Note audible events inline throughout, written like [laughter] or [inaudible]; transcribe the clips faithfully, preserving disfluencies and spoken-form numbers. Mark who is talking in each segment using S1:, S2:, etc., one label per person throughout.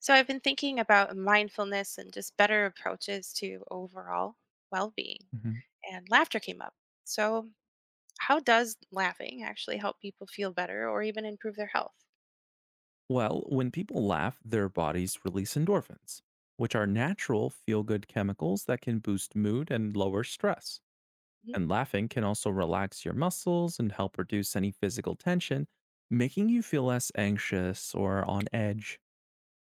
S1: So I've been thinking about mindfulness and just better approaches to overall well being.
S2: Mhm.
S1: And laughter came up. So, how does laughing actually help people feel better or even improve their health?
S2: Well, when people laugh, their bodies release endorphins, which are natural feel good chemicals that can boost mood and lower stress.
S1: Mhm.
S2: And laughing can also relax your muscles and help reduce any physical tension, making you feel less anxious or on edge.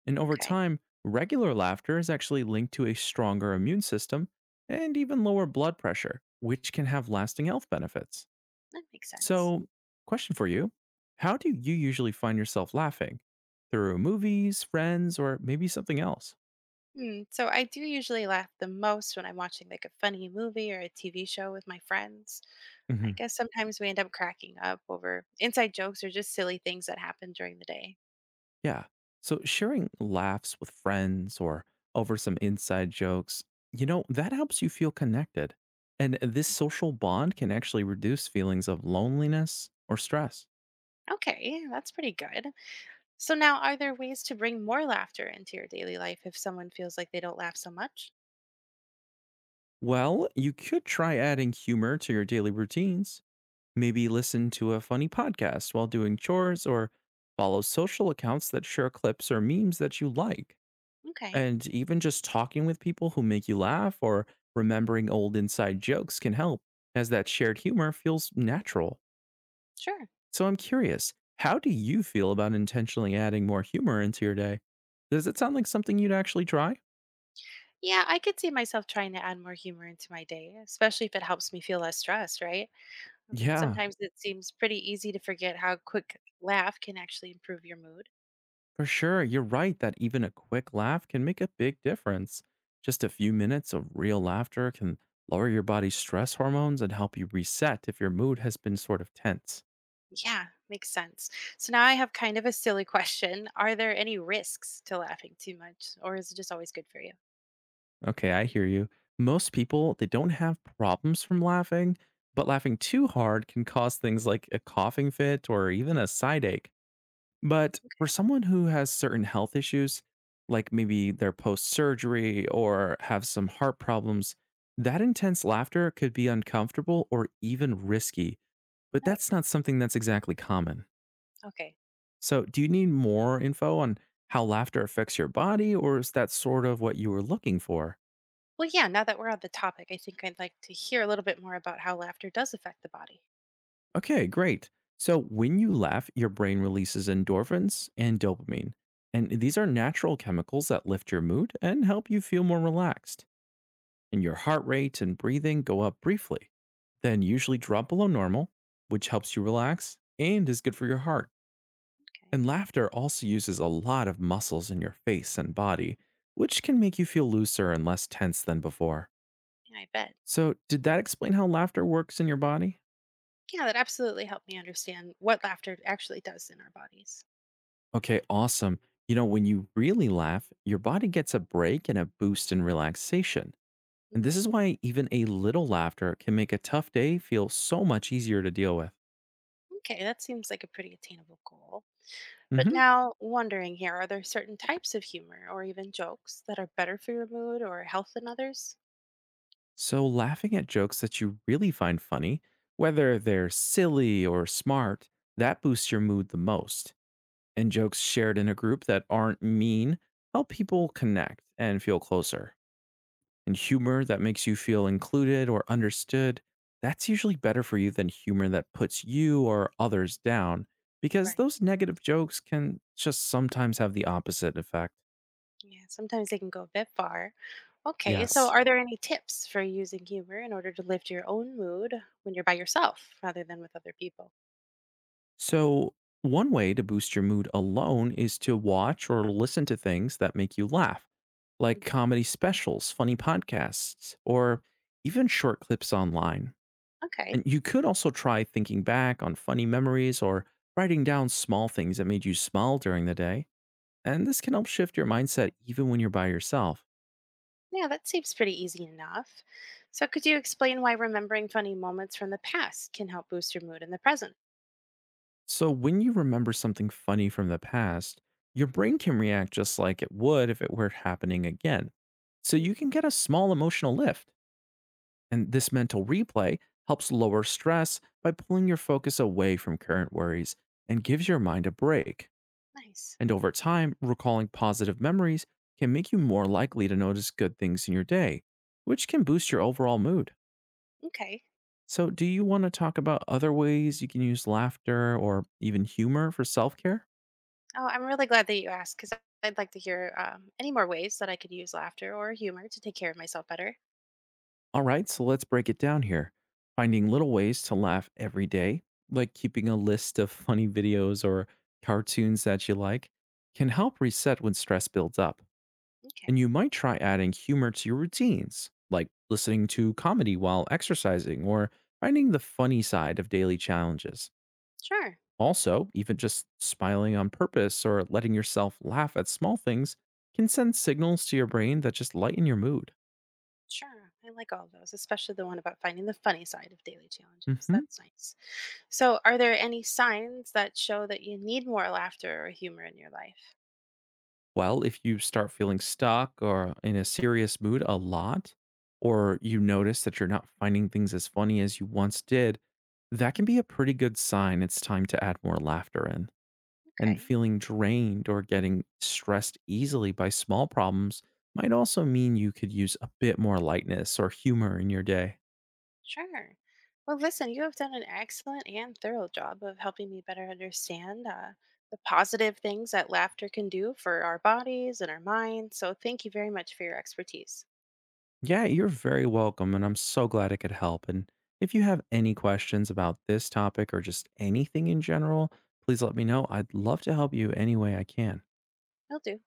S2: And over
S1: Okay,
S2: time, regular laughter is actually linked to a stronger immune system and even lower blood pressure, which can have lasting health benefits.
S1: that makes sense.
S2: So, question for you. How do you usually find yourself laughing? Through movies, friends, or maybe something else?
S1: Hmm, so, I do usually laugh the most when I'm watching like a funny movie or a T V show with my friends.
S2: Hmm.
S1: I guess sometimes we end up cracking up over inside jokes or just silly things that happen during the day.
S2: Yeah. So, sharing laughs with friends or over some inside jokes, you know, that helps you feel connected. And this social bond can actually reduce feelings of loneliness or stress.
S1: Okay, that's pretty good. So now, are there ways to bring more laughter into your daily life if someone feels like they don't laugh so much?
S2: Well, you could try adding humor to your daily routines. Maybe listen to a funny podcast while doing chores or follow social accounts that share clips or memes that you like.
S1: Okay,
S2: And even just talking with people who make you laugh or remembering old inside jokes can help, as that shared humor feels natural.
S1: sure.
S2: So I'm curious, how do you feel about intentionally adding more humor into your day? Does it sound like something you'd actually try?
S1: Yeah, I could see myself trying to add more humor into my day, especially if it helps me feel less stressed, right?
S2: Yeah.
S1: Sometimes it seems pretty easy to forget how a quick laugh can actually improve your mood.
S2: For sure, you're right that even a quick laugh can make a big difference. Just a few minutes of real laughter can lower your body's stress hormones and help you reset if your mood has been sort of tense.
S1: Yeah, makes sense. So now I have kind of a silly [laughs] question. Are there any risks to laughing too much, or is it just always good for you?
S2: Okay, I hear you. Most people, they don't have problems from laughing, but laughing too hard can cause things like a coughing fit or even a side ache. But for someone who has certain health issues, like maybe they're post surgery or have some heart problems, that intense laughter could be uncomfortable or even risky. But
S1: No.
S2: that's not something that's exactly common.
S1: Okay.
S2: So, do you need more info on how laughter affects your body, or is that sort of what you were looking for?
S1: Well, yeah, now that we're on the topic, I think I'd like to hear a little bit more about how laughter does affect the body.
S2: Okay, great. So, when you laugh, your brain releases endorphins and dopamine. And these are natural chemicals that lift your mood and help you feel more relaxed. And your heart rate and breathing go up briefly, then usually drop below normal, which helps you relax and is good for your heart.
S1: Okay.
S2: And laughter also uses a lot of muscles in your face and body, which can make you feel looser and less tense than before.
S1: Yeah, I bet.
S2: So, did that explain how laughter works in your body?
S1: Yeah, that absolutely helped me understand what laughter actually does in our bodies.
S2: Okay, awesome. You know, when you really laugh, your body gets a break and a boost in relaxation. And
S1: Hmm.
S2: this is why even a little laughter can make a tough day feel so much easier to deal with.
S1: Okay, that seems like a pretty attainable goal. But
S2: Hmm.
S1: now, wondering here, are there certain types of humor or even jokes that are better for your mood or health than others?
S2: So, laughing at jokes that you really find funny, whether they're silly or smart, that boosts your mood the most. And jokes shared in a group that aren't mean help people connect and feel closer. And
S1: Right,
S2: humor that makes you feel included or understood, that's usually better for you than humor that puts you or others down, because
S1: right.
S2: those negative jokes can just sometimes have the opposite effect.
S1: Yeah, sometimes they can go a bit far. Okay, so
S2: Yes.
S1: are there any tips for using humor in order to lift your own mood when you're by yourself rather than with other people?
S2: So, one way to boost your mood alone is to watch or listen to things that make you laugh, like
S1: Hmm.
S2: comedy specials, funny podcasts, or even short clips online.
S1: Okay.
S2: And you could also try thinking back on funny memories or writing down small things that made you smile during the day. And this can help shift your mindset even when you're by yourself.
S1: Yeah, that seems pretty easy enough. So, could you explain why remembering funny moments from the past can help boost your mood in the present?
S2: So, when you remember something funny from the past, your brain can react just like it would if it were happening again. So, you
S1: Mm.
S2: can get a small emotional lift. And this mental replay helps lower stress by pulling your focus away from current worries and gives your mind a break.
S1: Nice.
S2: And over time, recalling positive memories can make you more likely to notice good things in your day, which can boost your overall mood.
S1: Okay.
S2: So, do you want to talk about other ways you can use laughter or even humor for self care?
S1: Oh, I'm really glad that you asked because I'd like to hear um, any more ways that I could use laughter or humor to take care of myself better.
S2: All right, so let's break it down here. Finding little ways to laugh every day, like keeping a list of funny videos or cartoons that you like, can help reset when stress builds up. And
S1: Okay.
S2: you might try adding humor to your routines, like listening to comedy while exercising or finding the funny side of daily challenges.
S1: Sure.
S2: Also, even just smiling on purpose or letting yourself laugh at small things can send signals to your brain that just lighten your mood.
S1: Sure. I like all of those, especially the one about finding the funny side of daily challenges.
S2: Hmm.
S1: That's nice. So, are there any signs that show that you need more laughter or humor in your life?
S2: Well, if you start feeling stuck or in a serious mood a lot, or you notice that you're not finding things as funny as you once did, that can be a pretty good sign it's time to add more laughter in. And
S1: Okay.
S2: feeling drained or getting stressed easily by small problems might also mean you could use a bit more lightness or humor in your day.
S1: Sure. Well, listen, you have done an excellent and thorough job of helping me better understand uh, the positive things that laughter can do for our bodies and our minds. So, thank you very much for your expertise.
S2: Yeah, you're very welcome, and I'm so glad I could help. And if you have any questions about this topic or just anything in general, please let me know. I'd love to help you any way I can.
S1: Will do.